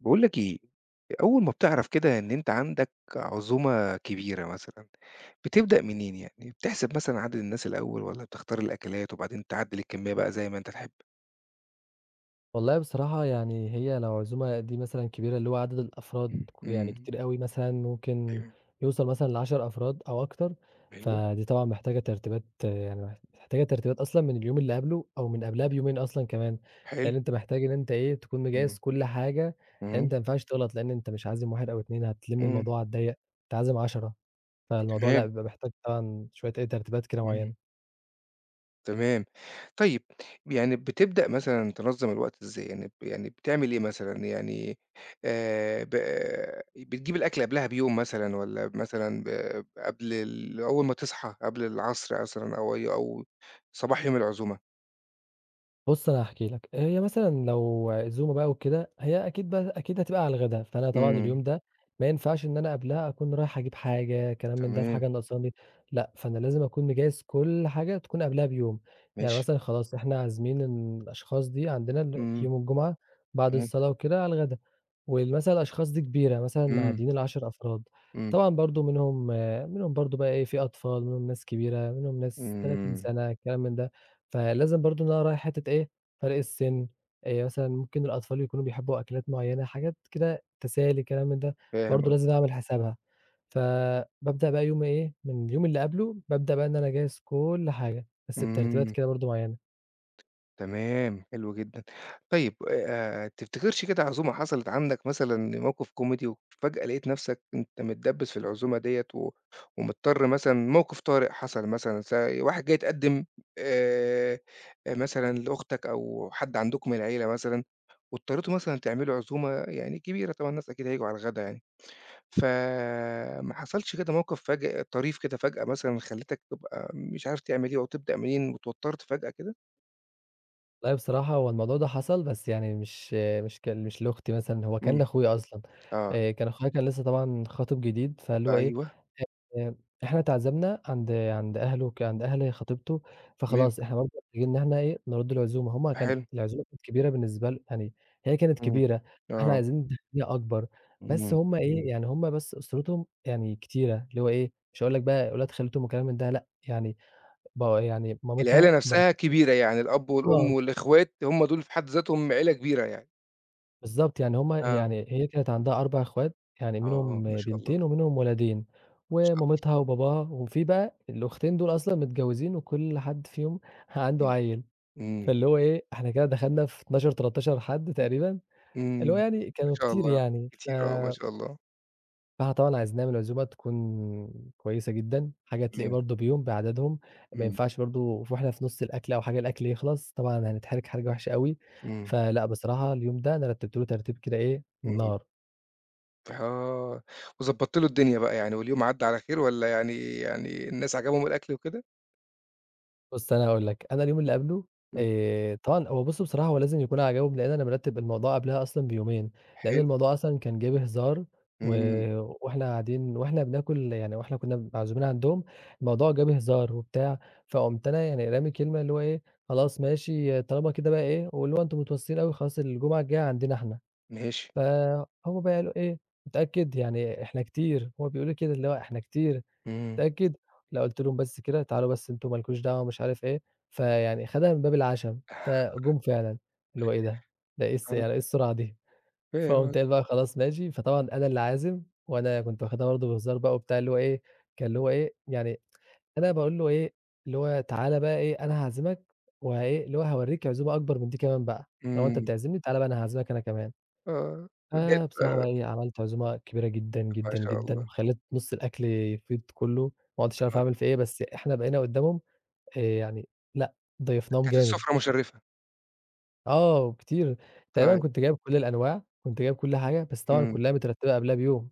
باقول لك إيه، أول ما بتعرف كده إن أنت عندك عزومة كبيرة مثلًا، بتبدأ منين يعني؟ بتحسب مثلًا عدد الناس الأول والّا بتختار الأكلات وبعدين تعدِّل الكمية بقى زي ما أنت تحب؟ والله بصراحة يعني هي لو عزومة دي مثلًا كبيرة، اللي هو عدد الأفراد يعني إمم، كتير أوي مثلًا ممكن أيوه، يوصل مثلًا ل10 أفراد أو أكتر، أيوه، فدي طبعًا محتاجة ترتيبات يعني محتاجة ترتيبات أصلًا من اليوم اللي قبله أو من قبلها بيومين أصلًا كمان، حلو. لأن أنت محتاج إن أنت إيه، تكون مجهّز إمم، كل حاجة، لأن أنت إمم، ما ينفعش تغلط، لأن أنت مش عازم 1 أو 2 هتلِم إمم. الموضوع على الضيّق، أنت عازم 10، فالموضوع لأ، تمام. بيبقى محتاج طبعًا شوية إيه، ترتيبات كده إمم. معيّنة. تمام. طيب، يعني بتبدأ مثلًا تنظّم الوقت إزاي؟ يعني ب يعني بتعمل إيه مثلًا؟ يعني ب بتجيب الأكل قبلها بيوم مثلًا والّا مثلًا ب قبل ال أول ما تصحى قبل العصر مثلًا أو صباح يوم العزومة؟ بُص أنا هاحكي لك، هي مثلًا لو عزومة بقى وكده، هي أكيد بقى أكيد هتبقى على الغدا، فأنا طبعًا إمم. اليوم ده ما ينفعش إن أنا قبلها أكون رايح أجيب حاجة، كلام من ده، في تمام، حاجة ناقصاني، لأ، فأنا لازم أكون مجهّز كل حاجة تكون قبلها بيوم، يعني ماشي. مثلًا خلاص إحنا عازمين الأشخاص دي عندنا ال إمم. يوم الجمعة بعد تمام. الصلاة وكده على الغدا، ومثلًا الأشخاص دي كبيرة، مثلًا إمم، معديين ال10 أفراد، إمم، طبعًا برضه منهم برضه بقى إيه، في أطفال، منهم ناس كبيرة، منهم ناس 30 إمم، سنة، الكلام من ده. فلازم برضه إن أنا أراعي حتّة إيه، فرق السِن، مثلًا ممكن الأطفال يكونوا بيحبّوا أكلات معيّنة، حاجات كده تسالي كلام من ده، فاهم برضه قصدك. لازم أعمل حسابها. فبابدأ بقى يومي إيه، من اليوم اللي قبله بابدأ بقى إن أنا أجهّز كل حاجة، بس بترتيبات إمم. كده برضه معيّنة. تمام، حلو جدًا. طيب تفتكرش كده عزومة حصلت عندك مثلًا موقف كوميدي وفجأة لقيت نفسك أنت متدبّس في العزومة ديّة ومضطر مثلًا موقف طارئ حصل مثلًا زي واحد جاي يتقدّم آآ مثلًا لأختك أو حد عندكم من العيلة مثلًا واضطريتوا مثلًا تعملوا عزومة يعني كبيرة طبعًا الناس أكيد هييجوا على الغدا يعني، فما حصلش كده موقف فج طريف كده فجأة مثلًا خلّتك تبقى مش عارف تعمل إيه أو تبدأ منين واتوترت فجأة كده؟ والله بصراحة هو الموضوع ده حصل، بس يعني مش لأختي مثلًا، هو كان إمم، لأخويا أصلًا. آه. كان أخويا كان لسه طبعًا خاطب جديد، فاللي هو إيه، أيوه، آآ إحنا اتعزمنا عند أهله عند أهل خطيبته، تمام، فخلاص إحنا برضه محتاجين إن إحنا إيه، نرُد العزومة. هم كان حلو، العزومة كانت كبيرة بالنسبة ل يعني هي كانت إمم، كبيرة، إحنا آه، عايزين تهنئة أكبر، بس إمم. هم إيه، يعني هم بس أسرتهم يعني كتيرة، اللي هو إيه، مش هاقول لك بقى ولاد خالتهم وكلام من ده لأ، يعني بقوا يعني مامتها العيلة نفسها كبيرة، يعني الأب آه. والأم والإخوات هم دول في حد ذاتهم عيلة كبيرة يعني، بالضبط، يعني هم آه، يعني هي كانت عندها 4 أخوات، يعني منهم آه، ما شاء الله، بنتين ومنهم ولدين، ما شاء الله، ومامتها وباباها، وفي بقى الأختين دول أصلًا متجوزين وكل حد فيهم عنده إمم، عيّل، إمم، فاللي هو إيه، إحنا كده دخلنا في 12، 13 حد تقريبًا، اللي هو إمم، يعني ما كانوا شاء كتير الله، يعني، كتير آه، ما شاء الله، فإحنا طبعًا عايزين نعمل عزومة تكون كويسة جدًا، حاجة تليق تمام، برضه بيهم بعددهم، ما إمم، ينفعش برضه وإحنا في نُص الأكل أو حاجة الأكل يخلص، طبعًا هنتحرج حرجة وحشة أوي، إمم، فلأ بصراحة اليوم ده أنا رتّبت له ترتيب كده إيه، إمم، النار. آه، وضبّطت له الدنيا بقى يعني واليوم عدّى على خير والّا يعني يعني الناس عجبهم الأكل وكده؟ بُص أنا هاقول لك، أنا اليوم اللي قبله إمم، طبعًا هو بُص بصراحة هو لازم يكون عجاوب لإن أنا مرتّب الموضوع قبلها أصلًا بيومين، لإن حلو، الموضوع أصلًا كان جِه بهزار و إمم، وإحنا قاعدين وإحنا بناكل يعني وإحنا كنا معزومين عندهم، الموضوع جِه بهزار وبتاع، فقُمت أنا يعني رامي كلمة اللي هو إيه، خلاص ماشي طالما كده بقى إيه، واللي هو أنتم متوسّين أوي خلاص الجمعة الجاية عندنا إحنا، ماشي، فهُم بقى قالوا إيه، متأكد؟ يعني إحنا كتير، هُم بيقولوا لي كده اللي هو إحنا كتير. إمم، متأكد؟ لأ، قُلت لهم بس كده، تعالوا بس أنتم ما لكوش دعوة مش عارف إيه، فيعني خدها من باب العشم، فجُم فعلًا، اللي هو إيه ده؟ ده إيه آه، يعني إيه السرعة دي؟ فاهم فقُمت قصدك، قايل بقى خلاص ماشي، فطبعًا أنا اللي عازم، وأنا كنت واخدها برضه بهزار بقى وبتاع، اللي هو إيه، كان اللي هو إيه، يعني أنا باقول له إيه، اللي هو تعالَ بقى إيه، أنا هاعزمك وإيه، اللي هو هاورّيك عزومة أكبر من دي كمان بقى، طالما أنت إمم، بتعزمني تعالَ بقى أنا هاعزمك أنا كمان. آه، جات بصراحة بقى بقى إيه، عملت عزومة كبيرة جدًا، ما جدًا، شاء جدًا، الله، وخلّيت نُص الأكل يفيض كلّه، ما عُدتش عارف آه، أعمل فيه إيه، بس إحنا بقينا قدّامهم يعني لأ، ضيّفناهم كانت جامد. السُفرة مُشرِّفة. آه، وكتير، تقريبًا طيب، كنت جايب كل الأنواع، كنت جايب كل حاجة، بس طبعًا إمم. كلّها مترتّبة قبلها بيوم.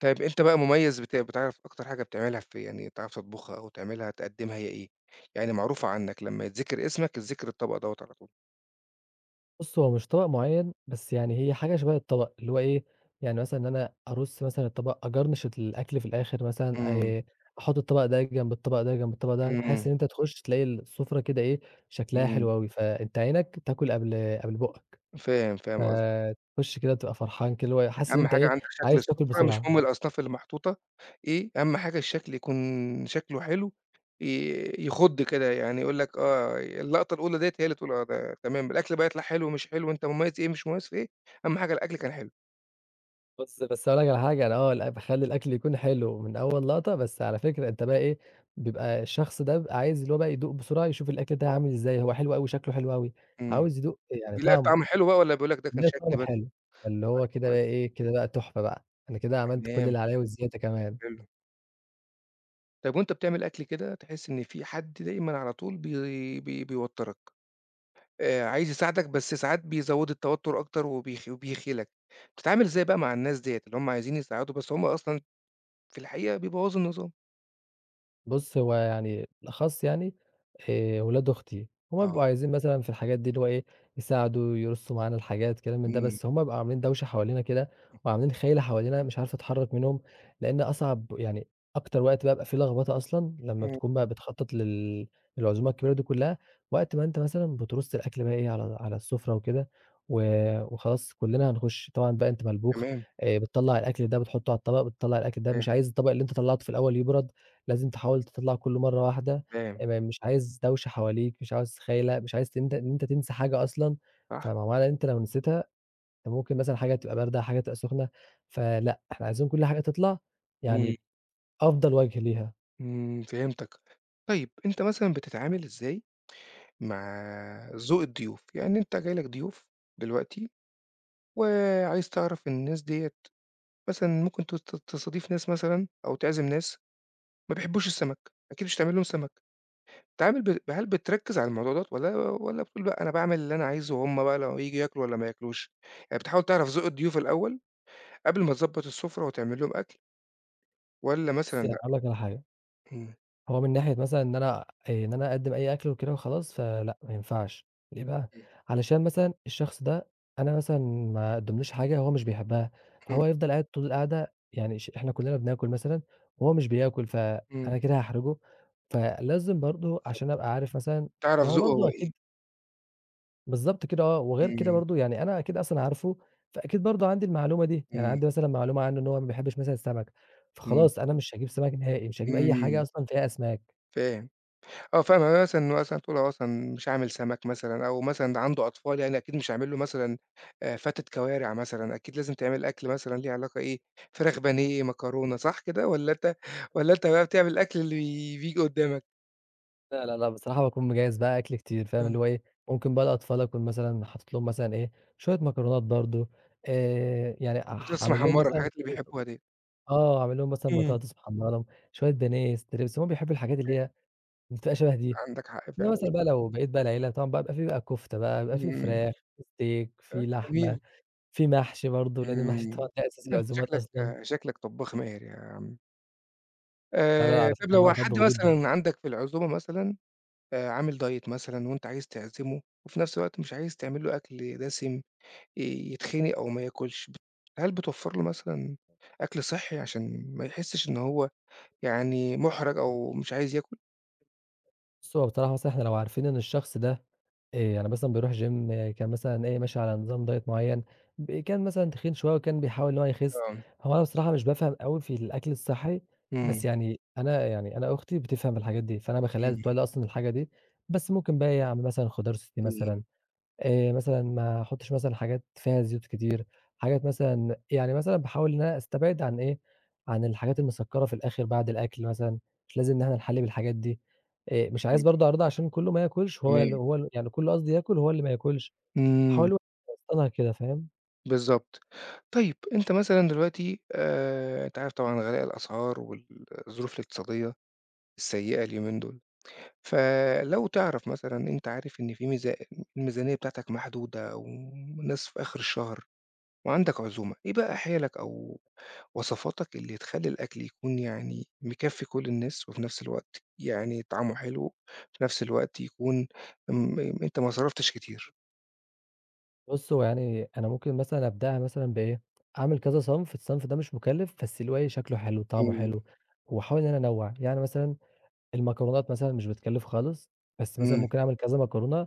طيب أنت بقى مميّز بتعرف أكتر حاجة بتعملها في يعني تعرف تطبخها أو تعملها تقدّمها هي إيه؟ يعني معروفة عنّك لمّا يتذكر اسمك، يتذكر الطبق دوّة على طول. بُص، هو مش طبق معيّن، بس يعني هي حاجة شبه الطبق، اللي هو إيه، يعني مثلًا إن أنا أرُص مثلًا الطبق، أجرنش الأكل في الآخر مثلًا، إمم، أحُط الطبق ده جنب الطبق ده، جنب الطبق ده، بحيث إمم، إن أنت تخُش تلاقي السفرة كده إيه، شكلها إمم. حلو أوي، فأنت عينك تاكل قبل بُقك، فاهم، فاهم قصدك. فتخُش كده تبقى فرحان كده، اللي هو حاسس إن أهم أنت حاجة إيه، عندك شكل عايز تاكل السُفرة، مش بسرعة. مهم الأصناف اللي محطوطة إيه، أهم حاجة الشكل يكون شكله حلو، يخُض كده، يعني يقول لك آه، اللقطة الأولى ديّة هي اللي تقول آه، ده تمام، الأكل بقى يطلع حلو مش حلو، أنت مميّز إيه، مش مميّز في إيه، أهم حاجة الأكل كان حلو. بُص، بس هاقول لك على حاجة، أنا آه، لأ باخلّي الأكل يكون حلو من أول لقطة، بس على فكرة أنت بقى إيه، بيبقى الشخص ده بيبقى عايز اللي هو بقى يدوق بسرعة، يشوف الأكل ده عامل إزاي، هو حلو أوي، شكله حلو أوي، إمم. عاوز يدوق يعني بيلاقي طعمه، الطعم حلو بقى والّا بيقول لك ده كان يلاقي شكل طعمه بس؟ حلو، فاللي هو طيب كده بقى كويس، إيه، كده بقى تحفة بقى، أنا كده عملت كل تمام، اللي عليَّ وزيادة كمان. حلو. طيب وأنت بتعمل أكل كده تحس إن في حد دايمًا على طول بي بي بيوتّرك، عايز يساعدك بس ساعات بيزوّد التوتُّر أكتر وبيخ وبيخيلك، بتتعامل إزاي بقى مع الناس ديّة، اللي هُم عايزين يساعدوا بس هُم أصلًا في الحقيقة بيبوّظوا النظام؟ بُص، هو يعني بالأخص يعني ولاد أختي، هم آه، بيبقوا عايزين مثلًا في الحاجات دي اللي هو إيه، يساعدوا، يرصوا معانا الحاجات، كلام من ده، إمم، بس هم بيبقوا عاملين دوشة حوالينا كده وعاملين خَيْلة حوالينا مش عارف أتحرّك منهم، لإن أصعب يعني أكتر وقت بابقى فيه لخبطة أصلًا لمّا إمم، بتكون بقى بتخطّط للعزومة الكبيرة دي كُلّها، وقت ما أنت مثلًا بترُص الأكل بقى إيه، على السُفرة وكده و وخلاص كُلّنا هنخُش، طبعًا بقى أنت ملبوخ، تمام، بتطلّع الأكل ده بتحُطّه على الطبق، بتطلّع الأكل ده فاهم، مش عايز الطبق اللي أنت طلّعته في الأول يبرد، لازم تحاول تطلّع كلّه مرّة واحدة، فاهم، مش عايز دوشة حواليك، مش عاوز خايلة، مش عايز إن أنت تنسى حاجة أصلًا، صح، معنى إن أنت لو نسيتها أنت ممكن مثلًا حاجة تبقى باردة، حاجة تبقى سخنة، فلأ، إحنا عايزين كل حاجة تطلع إمم، يعني بأفضل وجه ليها. إمم، فهمتك. طيب أنت مثلًا بتتعامل إزاي مع ذوق الضيوف، يعني أنت جاي لك ضيوف دلوقتي وعايز تعرف الناس ديّة مثلًا ممكن ت ت تستضيف ناس مثلًا أو تعزم ناس ما بيحبوش السمك، أكيد مش هتعمل لهم سمك، بتتعامل ب هل بتركّز على الموضوع دوّة والّا بتقول بقى أنا باعمل اللي أنا عايزه وهُم بقى لو ييجوا ياكلوا والّا ما ياكلوش؟ يعني بتحاول تعرف ذوق الضيوف الأول قبل ما تضبّط السفرة وتعمل لهم أكل والّا بُصّي مثلًا لأ؟ هاقول لك على حاجة، إمم، هو من ناحية مثلًا إن أنا إن أنا أقدّم أي أكل وكده وخلاص، فلأ ما ينفعش، ليه بقى؟ إمم، علشان مثلًا الشخص ده أنا مثلًا ما أقدّملوش حاجة هو مش بيحبها، إمم، فهو يفضل قاعد طول القعدة يعني إحنا كلنا بناكل مثلًا وهو مش بياكل، إمم، فأنا كده هاحرجه، فلازم برضه عشان بالضبط، أبقى عارف مثلًا، تعرف ما هو ذوقه هو برضه إيه، أكيد بالضبط كده آه، وغير كده إمم، برضه يعني أنا أكيد أصلًا عارفه، فأكيد برضه عندي المعلومة دي، يعني إمم، عندي مثلًا معلومة عنه إن هو ما بيحبش مثلًا السمك، إمم، فخلاص أنا مش هاجيب سمك نهائي، مش هاجيب أي حاجة إمم، أصلًا فيها أسماك. فاهم. آه فاهم، يعني أنا مثلًا تقول أنا مثلًا مش هاعمل سمك مثلًا أو مثلًا عنده أطفال يعني أكيد مش هاعمل له مثلًا فتة كوارع مثلًا، أكيد لازم تعمل أكل مثلًا ليه علاقة إيه، فراخ بانيه، مكرونة، صح كده والّا أنت والّا أنت بقى بتعمل الأكل اللي بييجي قدّامك؟ لا، لا، لأ، بصراحة باكون مجهّز بقى أكل كتير، فاهم؟ آه. اللي هو إيه، ممكن بقى الأطفال أكون مثلًا حاطط لهم مثلًا إيه، شوية مكرونات برضه، يعني بطاطس أعمل لهم محمرة، مثلًا الحاجات اللي بيحبوها ديّة. آه، أعمل لهم مثلًا إمم. بطاطس محمّرة لهم، شوية بانيه، ستريبس، هُم بيحبّوا الحاجات اللي هي بتبقى شبه دي. عندك حق إنّما فعلًا. مثلًا بقى لو بقيت بقى العيلة طبعًا بقى بيبقى في بقى كُفتة بقى، بيبقى في إمم. فراخ، في steak، في آه لحمة، جميل. في محشي برضه، لإن المحشي طبعًا إمم. ده أساس أنت العزومات شكلك أصلًا. آه، شكلك طباخ ماهر يا عم. لا، لا، على فكرة طب أنا لو باعرف حد أطبخ جدًا. مثلًا عندك في العزومة مثلًا عامل diet مثلًا وأنت عايز تعزمه، وفي نفس الوقت مش عايز تعمل له أكل دسم يتخنق أو ما ياكلش، هل بتوفّر له مثلًا أكل صحّي عشان ما يحسش إن هو يعني مُحرَج أو مش عايز ياكل؟ بُص، هو بصراحة مثلًا إحنا لو عارفين إن الشخص ده إيه، أنا مثلًا باروح gym، كان مثلًا إيه، ماشي على نظام دايت معيّن، كان مثلًا تخين شوية وكان بيحاول إن هو يخس، آه، هو أنا بصراحة مش بافهم أوي في الأكل الصحّي، إمم، بس يعني أنا يعني أنا أختي بتفهم في الحاجات دي، فأنا باخلّيها إمم، تتولّى أصلًا الحاجة دي، بس ممكن بقى إيه، أعمل مثلًا خضار سوتيه إمم، مثلًا، مثلًا ما أحُطّش مثلًا حاجات فيها زيوت كتير، حاجات مثلًا يعني مثلًا باحاول إن أنا أستبعد عن إيه، عن الحاجات المسكّرة في الآخِر بعد الأكل مثلًا، مش لازم إن إحنا نحلّي بالحاجات دي. مش عايز إمم، برضه أعرضها عشان كُلّه ما ياكُلش، هو ال تمام، هو ال يعني كُلّه قصدي ياكُل وهو اللي ما ياكُلش، إمم، باحاول أوصّلها كده فاهم؟ بالضبط. طيب أنت مثلًا دلوقتي أنت عارف طبعًا غلاء الأسعار والظروف الاقتصادية السيئة اليومين دول. فلو تعرف مثلًا أنت عارف إن في الميزانية بتاعتك محدودة وناس في آخر الشهر وعندك عزومة، إيه بقى حيلك أو وصفاتك اللي تخلّي الأكل يكون يعني مكفّي كل الناس وفي نفس الوقت يعني طعمه حلو، في نفس الوقت يكون آمم، أنت ما صرفتش كتير؟ بُص، هو يعني أنا ممكن مثلًا أبدأها مثلًا بإيه، أعمل كذا صنف، الصنف ده مش مُكلِّف، بس اللي هو إيه، شكله حلو، طعمه إمم، حلو، واحاول إن أنا أنوّع. يعني مثلًا المكرونات مثلًا مش بتكلّف خالص، بس مثلًا إمم، ممكن أعمل كذا مكرونة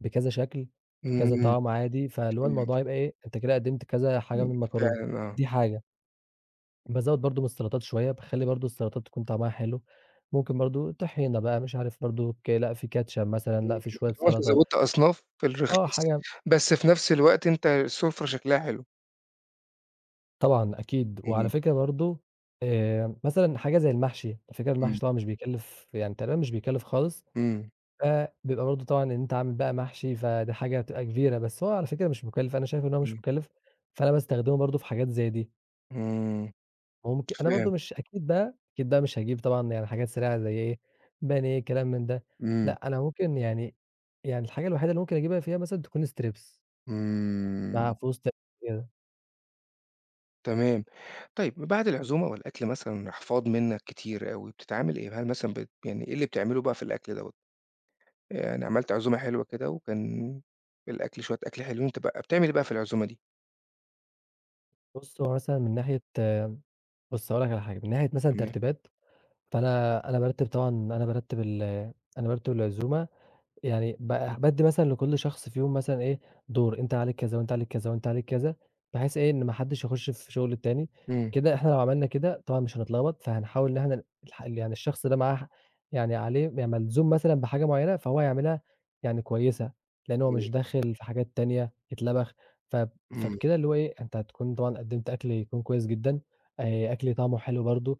بكذا شكل، بكذا إمم، طعم عادي، فاللي هو تمام، الموضوع يبقى إيه، أنت كده قدّمت كذا حاجة من إمم، المكرونة، فعلًا آه، دي حاجة. بازوّد برضه من السلطات شوية، باخلّي برضه السلطات تكون طعمها حلو، ممكن برضه طحينة بقى مش عارف برضه لأ في كاتشب إمم، مثلًا، لأ في شوية اللي هو أنت سلطة، زوّدت أصناف في آه الرخيص، حاجة بس في نفس الوقت أنت السُفرة شكلها حلو، طبعًا أكيد، وعلى إمم، فكرة برضه مثلًا حاجة زي المحشي، على فكرة المحشي إمم، طبعًا مش بيكلّف يعني تقريبًا مش بيكلّف خالص. إمم، فبيبقى برضه طبعًا إن أنت عامل بقى محشي، فدي حاجة هتبقى كبيرة، بس هو على فكرة مش مكلّف، أنا شايف إن هو مش إمم. مكلّف، فأنا باستخدمه برضه في حاجات زي دي، إمم، ممكن أنا برضه فاهم، مش أكيد بقى أكيد بقى مش هاجيب طبعًا يعني حاجات سريعة زي إيه، بانيه، كلام من ده، إمم، لأ، أنا ممكن يعني يعني الحاجة الوحيدة اللي ممكن أجيبها فيها مثلًا تكون strips مع إمم، فوز ت كده. تمام. طيب بعد العزومة والأكل مثلًا احفاض منك كتير أوي، بتتعامل إيه؟ هل مثلًا يعني إيه اللي بتعمله بقى في الأكل دوّة؟ يعني عملت عزومة حلوة كده وكان الأكل شوية أكل حلوين، أنت بقى بتعمل إيه بقى في العزومة دي؟ بُص، هو مثلًا من ناحية بُص، هاقول لك على حاجة، من ناحية مثلًا تمام، ترتيبات، فأنا بارتب طبعًا أنا بارتب العزومة يعني بادّي مثلًا لكل شخص فيهم مثلًا إيه، دور، أنت عليك كذا وأنت عليك كذا وأنت عليك كذا، بحيث إيه، إن ما حدّش يخُش في شُغل التاني، إمم، كده إحنا لو عملنا كده طبعًا مش هنتلخبط، فهنحاول إن إحنا يعني الشخص ده معاه يعني عليه ملزوم مثلًا بحاجة معيّنة، فهو هيعملها يعني كويسة، لإن هو إمم، مش داخل في حاجات تانية يتلبخ، فب إمم، فبكده اللي هو إيه، أنت هتكون طبعًا قدّمت أكل يكون كويس جدًا، أكل طعمه حلو برضه.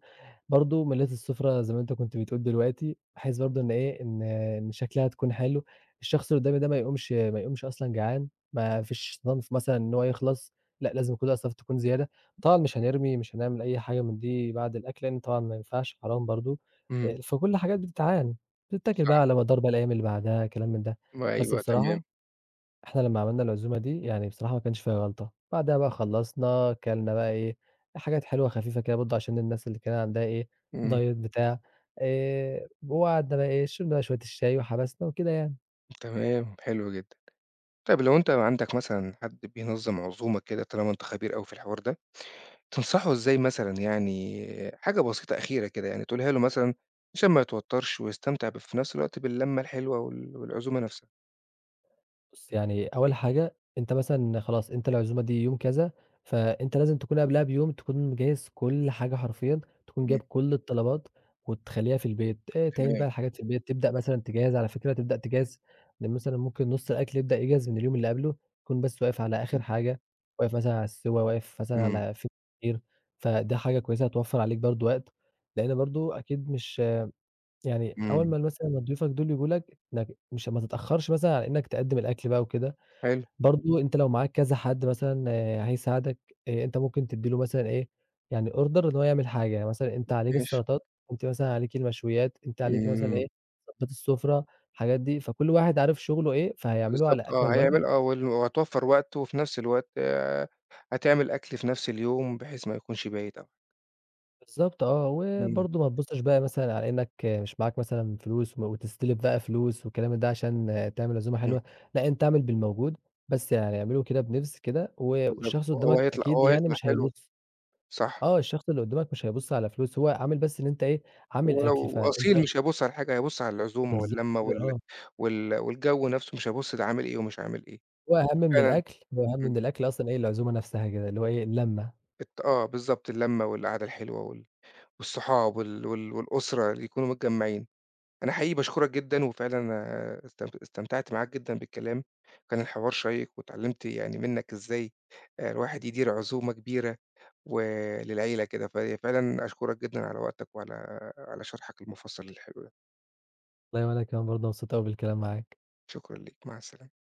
برضه ملاذ السفرة زي ما أنت كنت بتقول دلوقتي، بحيث برضه إن إيه، إن شكلها تكون حلو، الشخص اللي قدّامي ده ما يقومش أصلًا جعان، ما فيش صنف مثلًا إن هو يخلص، لأ لازم كل الأصناف تكون زيادة، طبعًا مش هنرمي، مش هنعمل أي حاجة من دي بعد الأكل، لإن طبعًا ما ينفعش حرام برضه، إمم، فكل الحاجات بتتعان، بتتاكل بقى صح، على مدار بقى الأيام اللي بعدها كلام من ده، بس أيوه تمام، بصراحة إحنا لمّا عملنا العزومة دي، يعني بصراحة ما كانش فيها غلطة، بعدها بقى خلّصنا، كَلنا بقى إيه، حاجات حلوة خفيفة كده برضه عشان الناس اللي كان عندها إيه، إمم، diet بتاع، وقعدنا بقى إيه، شربنا بقى شوية الشاي وحبسنا وكده يعني. تمام، حلو جدًا. طيب لو أنت عندك مثلًا حد بينظّم عزومة كده طالما أنت خبير أوي في الحوار ده تنصحه إزاي مثلًا يعني حاجة بسيطة أخيرة كده يعني تقولها له مثلًا عشان ما يتوترش ويستمتع في نفس الوقت باللمة الحلوة والعزومة نفسها؟ بُص، يعني أول حاجة أنت مثلًا خلاص أنت العزومة دي يوم كذا، فأنت لازم تكون قبلها بيوم تكون مجهّز كل حاجة حرفيًا، تكون جايب إمم، كل الطلبات وتخلّيها في البيت، تعين تمام. بقى الحاجات في البيت، تبدأ مثلًا تجهّز على فكرة تبدأ تجهّز، لأن مثلًا ممكن نُص الأكل يبدأ يجهز من اليوم اللي قبله، تكون بس واقف على آخر حاجة، واقف مثلًا على السِوَى، واقف مثلًا إمم، على في كتير، فده حاجة كويسة هتوفّر عليك برضه وقت، لأن برضه أكيد مش يعني أول إمم. ما مثلًا ما ضيوفك دول ييجوا لك إنك مش ما تتأخّرش مثلًا على إنك تقدّم الأكل بقى وكده. حلو. برضه أنت لو معاك كذا حد مثلًا آه، هيساعدك، أنت ممكن تدّي له مثلًا إيه، يعني order إن هو يعمل حاجة، يعني مثلًا أنت عليك ماشي. السلطات، أنتِ مثلًا عليكِ المشويات، أنتِ عليكِ مثلًا إمم. إيه، تضبيط السفرة، الحاجات دي، فكل واحد عارف شغله إيه، فهيعمله على بالضبط آه، أكمل وجه. هيعمل آه، وهتوفّر وقت وفي نفس الوقت آه، هتعمل أكل في نفس اليوم بحيث ما يكونش بايت أو بالضبط آه، إمم، وبرضه ما تبُصّش بقى مثلًا على إنك مش معاك مثلًا فلوس وتستلف بقى فلوس والكلام من ده عشان تعمل عزومة إمم. حلوة، لأ أنت اعمل بالموجود، بس يعني اعمله كده بنِفْس كده بالضبط، والشخص وهو قدّامك هيطلع أكيد وهو يعني هيطلع مش حلو، هيبُص. صح. آه، الشخص اللي قدّامك مش هيبُص على فلوس، هو عامل بس إن أنت إيه، عامل أكل، ولو فأنت أصيل مش هيبُص على حاجة، هيبُص على العزومة بالضبط واللمّة كده آه، والجو نفسه مش هيبُص ده عامل إيه ومش عامل إيه، فعلًا هو أهَم إمم، من الأكل أصلًا إيه، العزومة نفسها كده، اللي هو إيه، اللمّة. آه بالضبط، اللمّة والقعدة الحلوة والصحاب والأسرة اللي يكونوا متجمّعين. أنا حقيقي باشكرك جدًا، وفعلًا أنا استمتعت معاك جدًا بالكلام، كان الحوار شيّق واتعلّمت يعني منّك إزاي الواحد يدير عزومة كبيرة وللعيلة كده، فهي فعلًا أشكرك جدًا على وقتك وعلى على شرحك المُفصّل الحلو ده، والله وأنا كمان برضه مبسوط أوي بالكلام معاك. شكرًا ليك، مع السلامة.